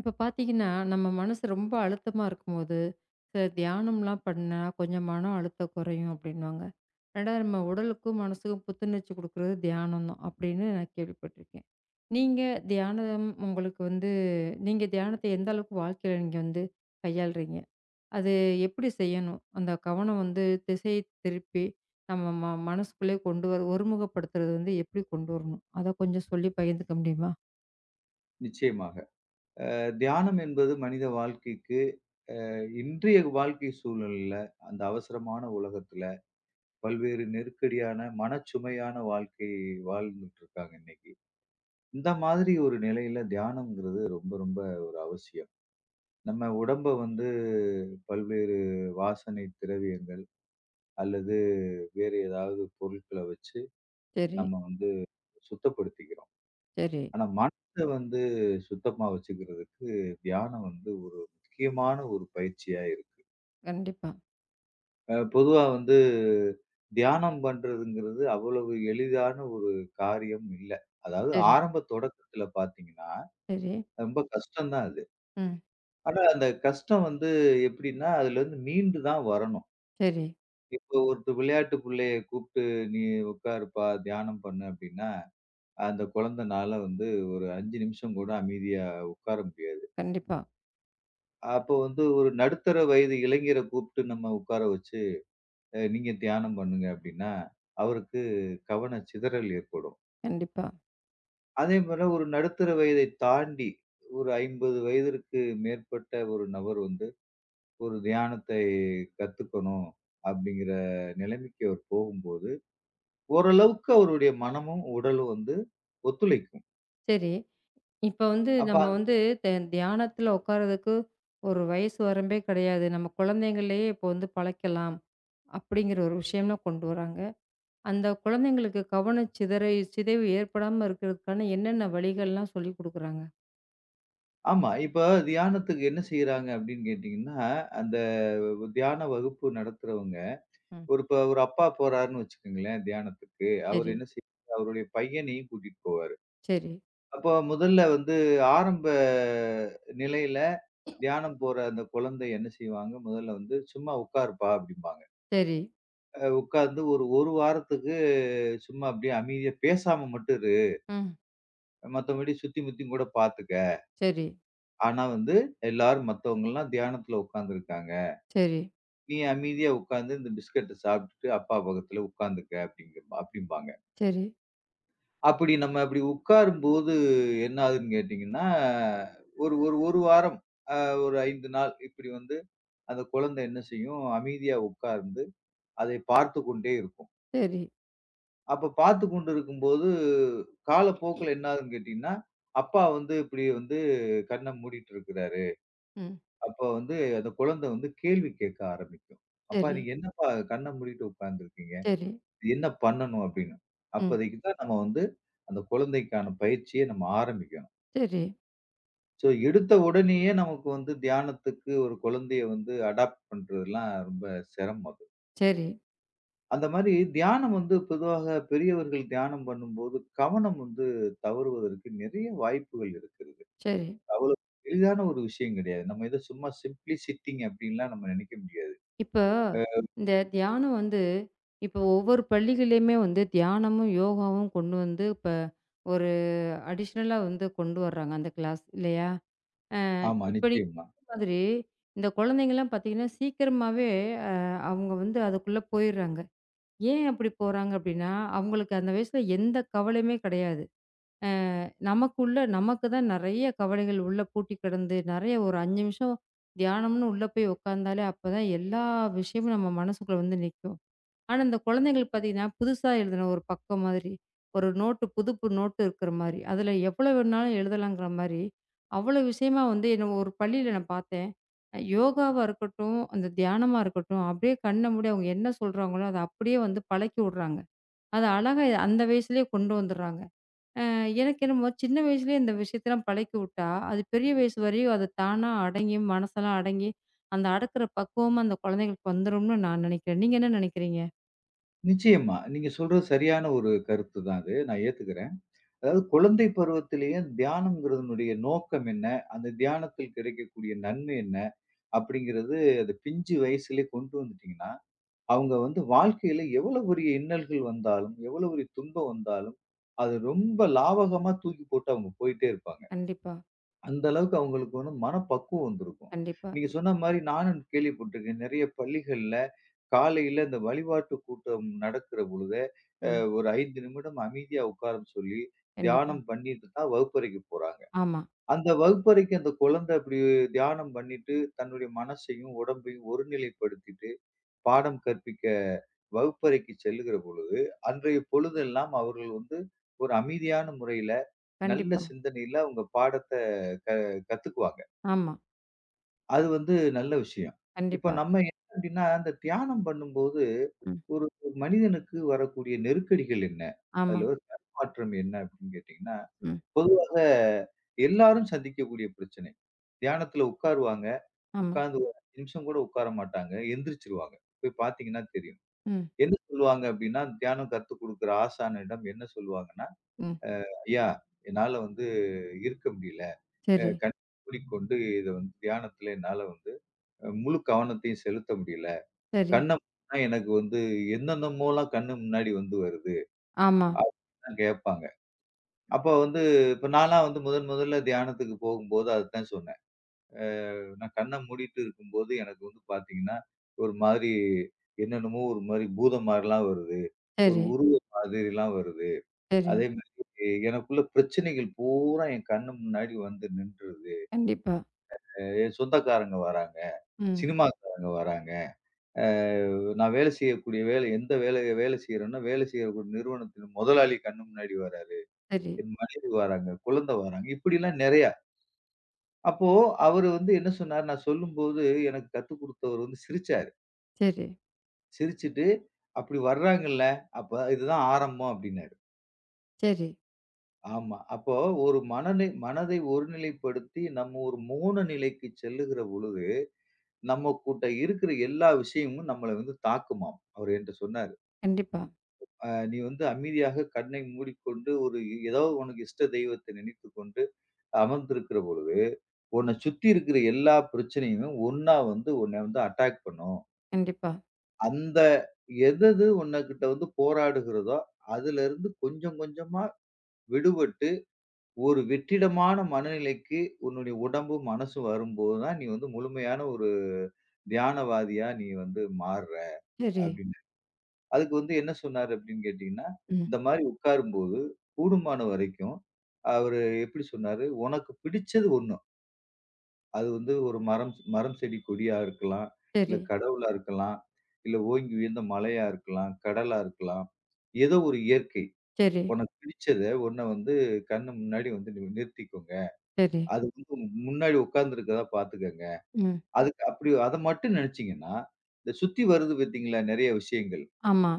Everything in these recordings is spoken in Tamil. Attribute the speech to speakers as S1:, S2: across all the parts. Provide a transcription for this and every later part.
S1: இப்ப பார்த்தீங்கன்னா, நம்ம மனசு ரொம்ப அழுத்தமா இருக்கும்போது, சில தியானம்லாம் பண்ணா கொஞ்சம் மன அழுத்தம் குறையும் அப்படின்னுவாங்க. 2வது நம்ம உடலுக்கும், மனசுக்கும் புத்துணர்ச்சி குடுக்குறது தியானம் தான் அப்படின்னு நான் கேள்விப்பட்டுருக்கேன். நீங்க தியானம் உங்களுக்கு வந்து நீங்க தியானத்த எந்த அளவுக்கு வாழ்க்கையில நீங்க வந்து கையாளுறீங்க? அது எப்படி செய்யணும்? அந்த கவனம் வந்து திசை திருப்பி நம்ம மனசுக்குள்ளே கொண்டு வர ஒருமுகப்படுத்துறது வந்து எப்படி கொண்டு வரணும்? அத கொஞ்சம் சொல்லி பகிர்ந்துக்க முடியுமா?
S2: நிச்சயமாக. தியானம் என்பது மனித வாழ்க்கைக்கு இன்றைய வாழ்க்கை சூழ்நிலையில, அந்த அவசரமான உலகத்துல, பல்வேறு நெருக்கடியான, மனச்சுமையான வாழ்க்கை வாழ்ந்துட்டு இருக்காங்க இன்னைக்கு. இந்த மாதிரி ஒரு நிலையில தியானம்ங்கிறது ரொம்ப ரொம்ப ஒரு அவசியம். நம்ம உடம்ப வந்து பல்வேறு வாசனை திரவியங்கள் அல்லது வேறு ஏதாவது பொருட்கள வச்சு
S1: சரி,
S2: நம்ம வந்து சுத்தப்படுத்திக்கிறோம்.
S1: சரி.
S2: ஆனா மனச வந்து சுத்தமா வச்சுக்கிறதுக்கு தியானம் வந்து ஒரு முக்கியமான ஒரு பயிற்சியா இருக்கு.
S1: கண்டிப்பா.
S2: பொதுவா வந்து தியானம் பண்றதுங்கிறது அவ்வளவு எளிதான ஒரு காரியம் இல்ல. அதாவது
S1: சரி,
S2: ஆரம்ப தொடக்கத்துல பார்த்தீங்கன்னா,
S1: சரி.
S2: ரொம்ப கஷ்டம் தான் அது.
S1: ம்.
S2: ஆனா அந்த கஷ்டம் வந்து எப்படின்னா, அதுலருந்து மீண்டு தான் வரணும்.
S1: சரி.
S2: இப்போ ஒருத்தர் விளையாட்டு புள்ளைய கூப்ட்டு, "நீ உட்காருப்பா, தியானம் பண்ணு" அப்படின்னா, அந்த குழந்தனால வந்து ஒரு 5 நிமிஷம் கூட அமைதியா உட்கார முடியாது.
S1: கண்டிப்பா,
S2: அப்போ வந்து ஒரு நடுத்தர வயது இளைஞர கூப்ட்டு நம்ம உட்கார வச்சு நீங்க தியானம் பண்ணுங்க அப்படின்னா, அவருக்கு கவன சிதறல் ஏற்படும்.
S1: கண்டிப்பா.
S2: அதே போல ஒரு நடுத்தர வயதை தாண்டி ஒரு 50 வயதிற்கு மேற்பட்ட ஒரு நபர் வந்து ஒரு தியானத்தை கத்துக்கணும் அப்படிங்கிற நிலைமைக்கு அவர் போகும்போது, ஓரளவுக்கு அவருடைய மனமும், உடலும் வந்து ஒத்துழைக்கும்.
S1: சரி. இப்ப வந்து
S2: அப்ப
S1: நம்ம
S2: அந்த-
S1: வந்து த தியானத்துல உட்கார்றதுக்கு ஒரு வயசு வரம்பே கிடையாது. நம்ம குழந்தைங்கள்லயே இப்போ வந்து பழக்கலாம். அப்படிங்கிற ஒரு விஷயம்லாம் கொண்டு வராங்க. அந்த குழந்தைங்களுக்கு கவன சிதைவு ஏற்படாம இருக்கிறதுக்கான என்னென்ன வழிகள்லாம் சொல்லிக் குடுக்குறாங்க?
S2: ஆமா. இப்ப தியானத்துக்கு என்ன செய்றாங்க அப்படின்னு கேட்டீங்கன்னா, அந்த தியான வகுப்பு நடத்துறவங்க
S1: ம்.
S2: ஒரு இப்ப ஒரு அப்பா போறாருன்னு வச்சுக்கங்களேன் தியானத்துக்கு. அவரு
S1: சரி,
S2: என்ன செய்வாரு, அவருடைய பையனையும் கூட்டிட்டு போவாரு.
S1: சரி,
S2: அப்போ முதல்ல வந்து ஆரம்ப நிலையில தியானம் போற அந்த குழந்தை என்ன செய்வாங்க, முதல்ல வந்து "சும்மா உட்காருப்பா" அப்படிம்பாங்க.
S1: சரி.
S2: உட்கார்ந்து ஒரு 1 வாரத்துக்கு சும்மா அப்படியே அமைதியா பேசாம மட்டும் இரு.
S1: ம்.
S2: மத்தபடி சுத்தி முத்தியும் கூட பார்த்துக்க.
S1: சரி,
S2: ஆனா வந்து எல்லாரும் மத்தவங்கலாம் தியானத்துல உட்கார்ந்துருக்காங்க.
S1: சரி,
S2: நீ அமைதியா உட்கார்ந்து இந்த பிஸ்கட்ட சாப்பிட்டுட்டு அப்பா பக்கத்துல உட்கார்ந்துக்க அப்படிங்க அப்படிம்பாங்க.
S1: சரி,
S2: அப்படி நம்ம அப்படி உட்காரும்போது என்ன ஆகுதுன்னு கேட்டீங்கன்னா, ஒரு ஒரு 1 வாரம், அ ஒரு 5 நாள் இப்படி வந்து அந்த குழந்தை என்ன செய்யும், அமைதியா உட்கார்ந்து அதை பார்த்துக் கொண்டே இருக்கும்.
S1: சரி.
S2: அப்ப பார்த்துக் கொண்டு இருக்கும்போது, காலப்போக்குல என்ன ஆகுதுன்னு கேட்டீங்கன்னா, அப்பா வந்து இப்படி வந்து கண்ண மூடிட்டு இருக்கிறாரு.
S1: ம்.
S2: அப்ப வந்து அந்த குழந்தை வந்து கேள்வி கேட்க ஆரம்பிக்கும். "அப்பா
S1: சரி,
S2: நீங்க என்னப்பா கண்ண மூடிட்டு உட்கார்ந்துருக்கீங்க?
S1: சரி.
S2: இது என்ன பண்ணணும்?" அப்படின்னு.
S1: ம்.
S2: அப்பதைக்கு தான் நம்ம வந்து அந்த குழந்தைக்கான பயிற்சிய நம்ம ஆரம்பிக்கணும்.
S1: சரி,
S2: ஸோ எடுத்த உடனேயே நமக்கு வந்து தியானத்துக்கு ஒரு குழந்தைய வந்து அடாப்ட் பண்றதுலாம் ரொம்ப சிரமம் அது.
S1: சரி,
S2: அந்த மாரி தியானம் வந்து பொதுவாக பெரியவர்கள் தியானம் பண்ணும்போது கவனம் வந்து தவறுவதற்கு நிறைய வாய்ப்புகள் இருக்கிறது.
S1: சரி.
S2: அவ்வளோ எளிதான ஒரு விஷயம் கிடையாது. நம்ம ஏதோ சும்மா சிம்ப்ளி சிட்டிங் அப்டின்லாம் நம்ம நெனைக்க முடியாது.
S1: இப்ப இந்த தியானம் வந்து இப்ப ஒவ்வொரு பள்ளிகள்லயுமே வந்து தியானமும், யோகாவும் கொண்டு வந்து இப்ப ஒரு அடிஷனலா வந்து கொண்டு வர்றாங்க அந்த கிளாஸ் இல்லையா?
S2: ஆமா,
S1: இப்ப நீங்க
S2: நிச்சயமா.
S1: சொன்ன மாதிரி இந்த குழந்தைங்கலாம் பார்த்தீங்கன்னா, சீக்கிரமாவே அ அவங்க வந்து அதுக்குள்ள போயிர்றாங்க. ஏன் அப்படி போறாங்க அப்படின்னா, அவங்களுக்கு அந்த வயசுல எந்த கவலையுமே கிடையாது. அ நமக்குள்ள நமக்கு தான் நெறைய கவலைகள் உள்ள பூட்டி கிடந்து, நெறைய ஒரு 5 நிமிஷம் தியானம்னு உள்ள போய் உட்காந்தாலே அப்பதான் எல்லா விஷயமும் நம்ம மனசுக்குள்ள வந்து நிக்கும். ஆனா, இந்த குழந்தைங்களுக்கு பார்த்தீங்கன்னா, புதுசா எழுதின ஒரு பக்கம் மாதிரி, ஒரு புதுப்பு நோட்டு இருக்கிற மாரி, அதில எவ்வளோ வேணாலும் எழுதலாங்கிற மாரி, அவ்வளோ விஷயமா வந்து என்னை ஒரு பள்ளியில நான் பார்த்தேன். யோகாவா இருக்கட்டும், அந்த தியானமா இருக்கட்டும், அப்படியே கண்ண மூடி அவங்க என்ன சொல்றாங்களோ, அத அப்படியே வந்து பழக்கி விடுறாங்க. அது அழகா அந்த வயசுலேயே கொண்டு வந்துடுறாங்க. அ எனக்கு என்னமோ சின்ன வயசுலயே இந்த விஷயத்தலாம் பழக்கி விட்டா, அது பெரிய வயசு வரையும் அது தானா அடங்கி, மனசெல்லாம் அடங்கி, அந்த அடக்குற பக்குவமும் அந்த குழந்தைங்களுக்கு வந்துரும்னு நான் நினைக்கிறேன். நீங்க என்ன நினைக்கிறீங்க?
S2: நிச்சயமா. நீங்க சொல்றது சரியான ஒரு கருத்து தான் அது. நான் ஏத்துக்கிறேன். அதாவது குழந்தை பருவத்திலேயே தியானம்ங்கிறதனுடைய நோக்கம் என்ன? அந்த தியானத்தில் கிடைக்கக்கூடிய நன்மை என்ன? அப்படிங்கிறது அந்த பிஞ்சு வயசுலயே கொண்டு வந்துட்டீங்கன்னா, அவங்க வந்து வாழ்க்கையில எவ்வளவு பெரிய இன்னல்கள் வந்தாலும், எவ்வளவு பெரிய துன்பம் வந்தாலும், அது ரொம்ப லாவகமா தூக்கி போட்டு அவங்க போயிட்டே இருப்பாங்க.
S1: கண்டிப்பா.
S2: அந்த அளவுக்கு அவங்களுக்கு வந்து மனப்பக்குவம் வந்திருக்கும்.
S1: கண்டிப்பா.
S2: நீங்க சொன்ன மாரி நானும் கேள்விப்பட்டிருக்கேன். நெறைய பள்ளிகள்ல காலையில இந்த வழிபாட்டு கூட்டம் நடக்கிற பொழுதே, அ
S1: ம்.
S2: ஒரு 5 நிமிடம் அமைதியா உட்காரச் சொல்லி,
S1: கண்டிப்பா.
S2: தியானம் பண்ணிட்டு தான் வகுப்பறைக்கு போறாங்க.
S1: ஆமா.
S2: அந்த வகுப்பறைக்கு அந்த குழந்தை அப்படி தியானம் பண்ணிட்டு, தன்னுடைய மனசையும், உடம்பையும் ஒருநிலைப்படுத்திட்டு பாடம் கற்பிக்க வகுப்பறைக்கு செல்லுகிற பொழுது, அன்றைய பொழுதெல்லாம் அவர்கள் வந்து ஒரு அமைதியான முறையில, நல்ல
S1: கண்டிப்பா.
S2: சிந்தனையில அவங்க பாடத்த க கத்துக்குவாங்க.
S1: ஆமா.
S2: அது வந்து நல்ல விஷயம். இப்ப
S1: கண்டிப்பா.
S2: நம்ம என்ன அப்படின்னா, அந்த தியானம் பண்ணும்போது,
S1: ம்.
S2: ஒரு மனிதனுக்கு வரக்கூடிய நெருக்கடிகள் என்ன?
S1: ஆமா.
S2: அதுல ஒரு தடுமாற்றம் என்ன அப்படின்னு கேட்டீங்கன்னா,
S1: ம்.
S2: பொதுவாக எல்லாரும் சந்திக்கக்கூடிய பிரச்சனை. தியானத்துல உட்காருவாங்க.
S1: ஆமா.
S2: உட்கார்ந்து ஒரு 5 நிமிஷம் கூட உட்கார மாட்டாங்க. எந்திரிச்சுருவாங்க. போய் பார்த்தீங்கன்னா தெரியும்.
S1: ம்.
S2: என்ன சொல்லுவாங்க அப்டின்னா, தியானம் கத்துக் குடுக்குற ஆசானிடம் என்ன சொல்லுவாங்கன்னா,
S1: ம்.
S2: "ஐயா, என்னால வந்து இருக்க முடியல. அ
S1: சரி,
S2: கண் மூடிக்கொண்டு இத வந்து தியானத்துல என்னால வந்து முழு கவனத்தையும் செலுத்த முடியல.
S1: சரி.
S2: கண்ண மூடுனா எனக்கு வந்து என்னென்னமோலாம் கண்ணு முன்னாடி வந்து வருது."
S1: ஆமா.
S2: அப்டின்லாம் கேட்பாங்க. அப்ப வந்து இப்ப நான்லாம் வந்து முதன் முதல்ல தியானத்துக்கு போகும்போது அதத்தான் சொன்னேன். நான் கண்ண மூடிட்டு இருக்கும்போது எனக்கு வந்து பார்த்தீங்கன்னா, ஒரு மாதிரி என்னென்னமோ ஒரு மாரி பூதம் மாரிலாம் வருது. ஒரு
S1: சரி,
S2: உருவ மாதிரிலாம் வருது.
S1: சரி.
S2: அதே மாதிரி எனக்குள்ள பிரச்சனைகள் பூரா என் கண்ணு முன்னாடி வந்து நின்றுது.
S1: கண்டிப்பா.
S2: என் சொந்தக்காரங்க வராங்க,
S1: ம்.
S2: சினிமாக்காரங்க வராங்க. அ நான் வேலை செய்யக்கூடிய வேலை எந்த வேலைய வேலை செய்றேன்னா, வேலை செய்யக்கூடிய நிறுவனத்தின் முதலாளி கண்ணு முன்னாடி வராரு.
S1: சரி,
S2: என் மனைவி வராங்க, குழந்தை வராங்க. இப்படிலாம் நெறையா. அப்போ அவரு வந்து என்ன சொன்னாரு, நான் சொல்லும்போது எனக்கு கத்துக் குடுத்தவர் வந்து சிரிச்சாரு.
S1: சரி,
S2: சிரிச்சுட்டு, "அப்படி வர்றாங்கல்ல, அப்ப இதுதான் ஆரம்பம்" அப்படின்னாரு.
S1: சரி.
S2: ஆமா. அப்போ ஒரு மனதை ஒருநிலைப்படுத்தி நம்ம ஒரு மோன நிலைக்கு செல்லுகிற பொழுது, நம்மக்கூட இருக்கிற எல்லா விஷயமும் நம்மள வந்து தாக்குமாம். அவரு என்ட்ட சொன்னாரு.
S1: கண்டிப்பா,
S2: நீ வந்து அமைதியாக கண்ணை மூடிக்கொண்டு ஒரு ஏதோ உனக்கு இஷ்ட தெய்வத்தை நினைத்துக் கொண்டு அமர்ந்திருக்கிற பொழுது, உன்னை சுத்தி இருக்கிற எல்லா பிரச்சனையும் ஒண்ணா வந்து உன்னை வந்து அட்டாக் பண்ணும்.
S1: கண்டிப்பா.
S2: அந்த எதெது உன்கிட்ட வந்து போராடுகிறதோ, அதுலருந்து கொஞ்சம் கொஞ்சமா விடுபட்டு, ஒரு வெற்றிடமான மனநிலைக்கு உன்னுடைய உடம்பும், மனசும் வரும்போது தான், நீ வந்து முழுமையான ஒரு தியானவாதியா நீ வந்து மாறுற"
S1: சரி,
S2: அப்படின்னு. அதுக்கு வந்து என்ன சொன்னாரு அப்படின்னு கேட்டீங்கன்னா,
S1: ம்.
S2: இந்த மாரி உட்காரும்போது கூடுமான வரைக்கும் அவரு எப்படி சொன்னாரு, "உனக்கு பிடிச்சது ஒண்ணு. அது வந்து ஒரு மரம் மரம், செடி, கொடியா இருக்கலாம். இல்ல
S1: சரி,
S2: கடவுளா இருக்கலாம். இல்ல ஓங்கி உயர்ந்த மலையா இருக்கலாம். கடலா இருக்கலாம். ஏதோ ஒரு இயற்கை.
S1: சரி,
S2: உனக்கு பிடிச்சத உன்ன வந்து கண்ணு முன்னாடி வந்து நீ நிறுத்திக்கோங்க."
S1: சரி.
S2: அது வந்து உங்க முன்னாடி உட்கார்ந்திருக்கிறதா பார்த்துக்கங்க.
S1: ம்.
S2: அதுக்கு அப்படி அத மட்டும் நினைச்சீங்கன்னா, இந்த சுத்தி வருது பார்த்தீங்களா நெறைய விஷயங்கள்.
S1: ஆமா.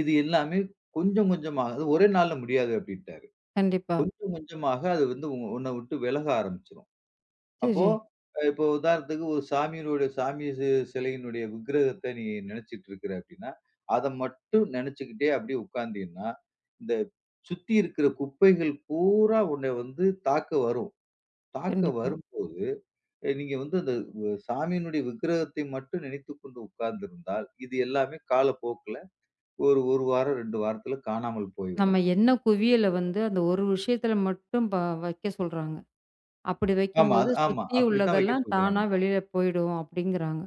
S2: இது எல்லாமே கொஞ்சம் கொஞ்சமா அது ஒரே நாள்ல முடியாது அப்படின்ட்டாரு.
S1: கண்டிப்பா.
S2: கொஞ்சம் கொஞ்சமாக அது வந்து உன்ன விட்டு விலக ஆரம்பிச்சுரும். அப்போ
S1: சரி.
S2: இப்போ உதாரணத்துக்கு ஒரு சாமியினுடைய சாமி சி சிலையினுடைய விக்கிரகத்த நீ நினைச்சிட்டு இருக்கிற அப்படின்னா, அத மட்டும் நினைச்சுக்கிட்டே அப்படியே உட்கார்ந்தீன்னா, இந்த சுத்தி இருக்கிற குப்பைகள் பூரா உன்னை வந்து தாக்க வரும். தாக்க
S1: கண்டிப்பா.
S2: வரும்போது நீங்க வந்து அந்த சாமியினுடைய விக்கிரகத்தை மட்டும் நினைத்துக் கொண்டு உட்கார்ந்திருந்தால், இது எல்லாமே காலப்போக்குல ஒரு 1 வாரம், 2 வாரத்துல காணாமல்
S1: நம்ம
S2: போய்விடும்.
S1: எண்ண குவியல வந்து அந்த ஒரு விஷயத்துல மட்டும் வைக்க சொல்றாங்க. அப்படி
S2: ஆமா,
S1: வைக்கும்போது
S2: அது ஆமா.
S1: சுத்தி
S2: அப்படித்தான் வைக்க
S1: உள்ளதெல்லாம்
S2: சொல்றாங்க.
S1: தானா வெளியில போயிடும் அப்படிங்கிறாங்க.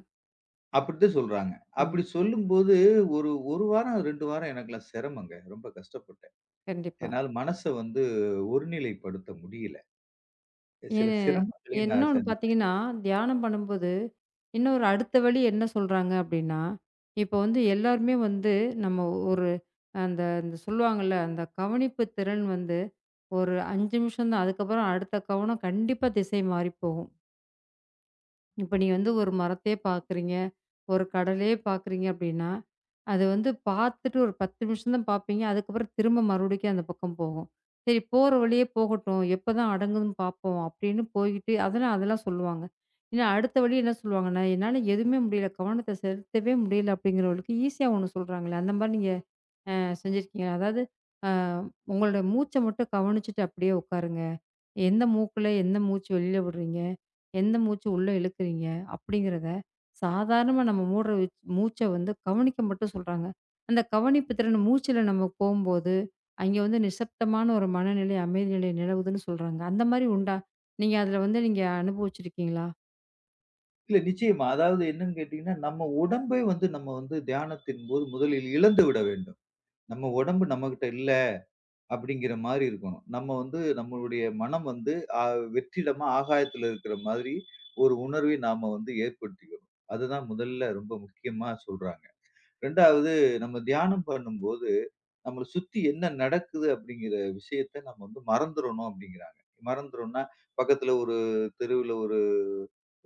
S2: அப்படித்தான் சொல்றாங்க.
S1: ம்.
S2: அப்படி சொல்லும்போது ஒரு 1 வாரம், 2 வாரம் எனக்கெல்லாம் சிரமங்க. ரொம்ப கஷ்டப்பட்டேன்.
S1: கண்டிப்பா.
S2: என்னால மனச வந்து ஒருநிலைப்படுத்த முடியல. சில
S1: ஏன்னு
S2: சிரமங்களை நான்
S1: இன்னொன்னு
S2: சந்திச்சேன்.
S1: பார்த்தீங்கன்னா, தியானம் பண்ணும்போது, இன்னொரு அடுத்த வழி என்ன சொல்றாங்க அப்டின்னா, இப்போ வந்து எல்லாருமே வந்து நம்ம ஒரு அந்த அந்த சொல்லுவாங்கல்ல, அந்த கவனிப்பு திறன் வந்து ஒரு 5 நிமிஷம் தான். அதுக்கப்புறம் அடுத்த கவனம் கண்டிப்பா திசை மாறி போகும். இப்ப நீங்க வந்து ஒரு மரத்தையே பார்க்குறீங்க, ஒரு கடலையே பார்க்குறீங்க அப்படின்னா, அது வந்து பார்த்துட்டு ஒரு 10 நிமிஷம் தான் பார்ப்பீங்க. அதுக்கப்புறம் திரும்ப மறுபடிக்கும் அந்த பக்கம் போகும். சரி போற வழியே போகட்டும். எப்பதான் அடங்குதுன்னு பார்ப்போம் அப்படின்னு போய்கிட்டு அதெல்லாம் அதெல்லாம் சொல்லுவாங்க. ஏன்னா அடுத்த வழி என்ன சொல்லுவாங்கன்னா, என்னால எதுவுமே முடியல. கவனத்த செலுத்தவே முடியல அப்படிங்கிறவங்களுக்கு ஈஸியா ஒண்ணு சொல்றாங்களே, அந்த மாரி நீங்க அ செஞ்சிருக்கீங்களா? அதாவது அ உங்களோட மூச்ச மட்டும் கவனிச்சுட்டு அப்படியே உட்காருங்க. எந்த மூக்குல எந்த மூச்சு வெளியில விடுறீங்க? எந்த மூச்சு உள்ள இழுக்குறீங்க? அப்படிங்கிறத சாதாரணமா நம்ம மூடுற மூச்ச வந்து கவனிக்க மட்டும் சொல்றாங்க. அந்த கவனிப்பு திறன் மூச்சுல நம்ம போம்போது, அங்கே வந்து நிசப்தமான ஒரு மனநிலை, அமைதி நிலை நிலவுதுன்னு சொல்றாங்க. அந்த மாரி உண்டா? நீங்க அதுல வந்து நீங்க அனுபவிச்சிருக்கீங்களா?
S2: இல்ல நிச்சயமா. அதாவது என்னன்னு கேட்டீங்கன்னா, நம்ம உடம்பை வந்து நம்ம வந்து தியானத்தின் போது முதலில் இழந்து விட வேண்டும். நம்ம உடம்பு நம்மகிட்ட இல்ல. அப்படிங்கிற மாரி இருக்கணும். நம்ம வந்து நம்மளுடைய மனம் வந்து அ வெற்றிடமா ஆகாயத்துல இருக்கிற மாதிரி ஒரு உணர்வை நாம வந்து ஏற்படுத்திக்கணும். அதுதான் முதல்ல ரொம்ப முக்கியமா சொல்றாங்க. 2வது நம்ம தியானம் பண்ணும்போது, நம்மள சுத்தி என்ன நடக்குது அப்படிங்கிற விஷயத்த நம்ம வந்து மறந்துறணும் அப்படிங்கிறாங்க. மறந்துறோம்னா, பக்கத்துல ஒரு தெருவுல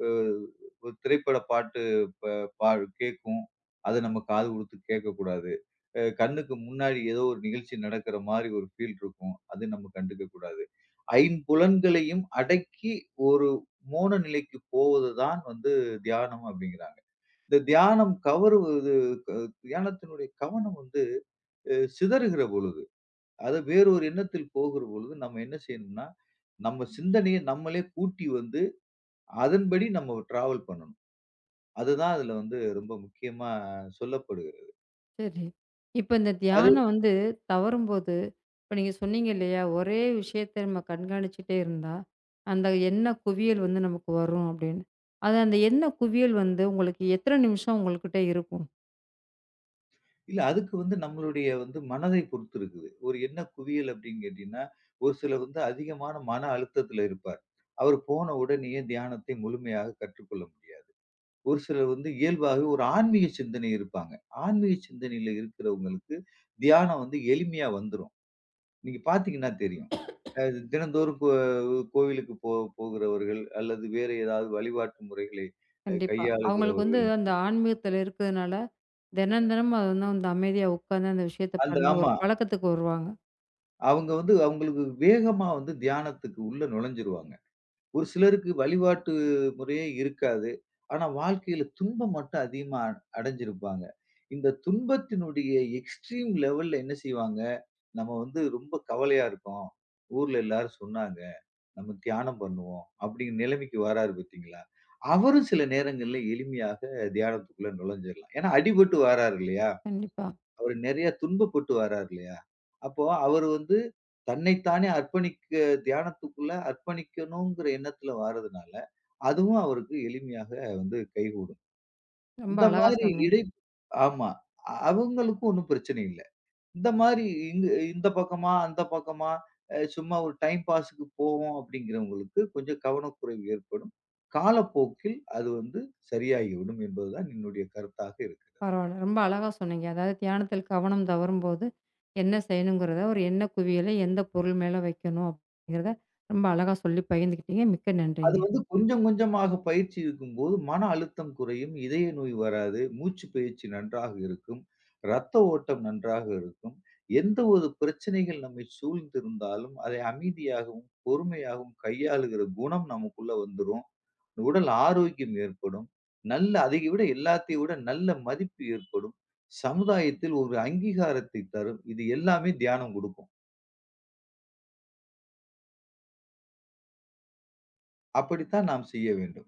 S2: அஹ், ஒரு திரைப்பட பாட்டு ப பா கேட்கும். அத நம்ம காது குடுத்து கேட்கக்கூடாது. கண்ணுக்கு முன்னாடி ஏதோ ஒரு நிகழ்ச்சி நடக்கிற மாரி ஒரு ஃபீல் இருக்கும். அது நம்ம கண்டுக்க கூடாது. ஐம்புலன்களையும் அடக்கி ஒரு மோன நிலைக்கு போவது தான் வந்து தியானம் அப்படிங்கிறாங்க. இந்த தியானம் கவருவது க தியானத்தினுடைய கவனம் வந்து சிதறுகிற பொழுது, அது வேறொரு எண்ணத்தில் போகிற பொழுது நம்ம என்ன செய்யணும்னா, நம்ம சிந்தனைய நம்மளே கூட்டி வந்து அதன்படி நம்ம டிராவல் பண்ணணும். அதுதான் அதுல வந்து ரொம்ப முக்கியமா சொல்லப்படுது.
S1: சரி. இப்ப இந்த
S2: அது
S1: தியானம் வந்து தவறும்போது, இப்ப நீங்க சொன்னீங்க இல்லையா? ஒரே விஷயத்த நம்ம கண்காணிச்சுட்டே இருந்தா, அந்த எண்ண குவியல் வந்து நமக்கு வரும் அப்படின்னு. அது அந்த எண்ண குவியல் வந்து உங்களுக்கு எத்தன நிமிஷம் உங்கள்கிட்ட இருக்கும்?
S2: இல்ல அதுக்கு வந்து நம்மளுடைய வந்து மனதை பொறுத்து இருக்குது. ஒரு என்ன குவியல் அப்படின்னு கேட்டீங்கன்னா, ஒரு சிலர் வந்து அதிகமான மன அழுத்தத்துல இருப்பார். அவர் போன உடனேயே தியானத்தை முழுமையாக கற்றுக்கொள்ள முடியாது. ஒரு சிலர் வந்து இயல்பாகவே ஒரு ஆன்மீக சிந்தனை இருப்பாங்க. ஆன்மீக சிந்தனையில இருக்கிறவங்களுக்கு தியானம் வந்து எளிமையா வந்துரும். நீங்க பார்த்தீங்கன்னா தெரியும். அ தினந்தோறும் கோவிலுக்கு போகிறவர்கள் அல்லது வேறு ஏதாவது வழிபாட்டு முறைகளை
S1: கண்டிப்பா. அவங்களுக்கு வந்து
S2: கையாளுகிறவர்கள்
S1: அந்த ஆன்மீகத்துல இருக்கிறதுனால, தினம் தினமும் அது வந்து வந்து அமைதியா உட்காந்து அந்த விஷயத்த
S2: அந்த
S1: பண்ணி ஒரு
S2: ஆமா.
S1: பழக்கத்துக்கு வருவாங்க.
S2: அவங்க வந்து அவங்களுக்கு வேகமா வந்து தியானத்துக்கு உள்ள நுழைஞ்சிருவாங்க. ஒரு சிலருக்கு வழிபாட்டு முறையே இருக்காது. ஆனா வாழ்க்கையில துன்பம் மட்டும் அதிகமா அடைஞ்சிருப்பாங்க. இந்த துன்பத்தினுடைய எக்ஸ்ட்ரீம் லெவல்ல என்ன செய்வாங்க, நம்ம வந்து ரொம்ப கவலையா இருக்கோம். ஊர்ல எல்லாரும் சொன்னாங்க. நம்ம தியானம் பண்ணுவோம். அப்படிங்கிற நிலைமைக்கு வராரு பார்த்தீங்களா? அவரும் சில நேரங்கள்ல எளிமையாக தியானத்துக்குள்ள நுழைஞ்சிடலாம். ஏன்னா அடிபட்டு வராரு இல்லையா?
S1: கண்டிப்பா.
S2: அவரு நெறைய துன்பப்பட்டு வராரு இல்லையா? அப்போ அவரு வந்து தன்னைத்தானே அர்ப்பணிக்க தியானத்துக்குள்ள அர்ப்பணிக்கணுங்கிற எண்ணத்துல வாரதுனால, அதுவும் அவருக்கு எளிமையாக வந்து கைகூடும்.
S1: ரொம்ப
S2: இந்த
S1: அழகா
S2: மாதிரி
S1: சொன்னீங்க.
S2: இடை ஆமா. அவங்களுக்கும் ஒண்ணும் பிரச்சனை இல்ல. இந்த மாதிரி இங்க இந்த பக்கமா, அந்த பக்கமா சும்மா ஒரு டைம் பாஸுக்கு போவோம் அப்படிங்கிறவங்களுக்கு கொஞ்சம் கவனக்குறைவு ஏற்படும். காலப்போக்கில் அது வந்து சரியாகிவிடும் என்பதுதான் என்னுடைய கருத்தாக இருக்கு.
S1: பரவால்ல. ரொம்ப அழகா சொன்னீங்க. அதாவது தியானத்தில் கவனம் தவறும்போது என்ன செய்யணுங்கிறத, ஒரு எண்ண குவியலை எந்த பொருள் மேல வைக்கணும் அப்படிங்கிறத ரொம்ப அழகா சொல்லி பகிர்ந்துக்கிட்டீங்க. மிக்க
S2: அது
S1: நன்றிங்க.
S2: வந்து கொஞ்சம் கொஞ்சமாக பயிற்சி இருக்கும்போது மன அழுத்தம் குறையும், இதய நோய் வராது, மூச்சுப் பயிற்சி நன்றாக இருக்கும், ரத்த ஓட்டம் நன்றாக இருக்கும். எந்த ஒரு பிரச்சனைகள் நம்மை சூழ்ந்திருந்தாலும், அதை அமைதியாகவும், பொறுமையாகவும் கையாளுகிற குணம் நமக்குள்ள வந்துரும். உடல் ஆரோக்கியம் ஏற்படும். நல்ல அதை விட எல்லாத்தையும் விட நல்ல மதிப்பு ஏற்படும். சமுதாயத்தில் ஒரு அங்கீகாரத்தை தரும். இது எல்லாமே தியானம் குடுக்கும். அப்படித்தான் நாம் செய்ய வேண்டும்.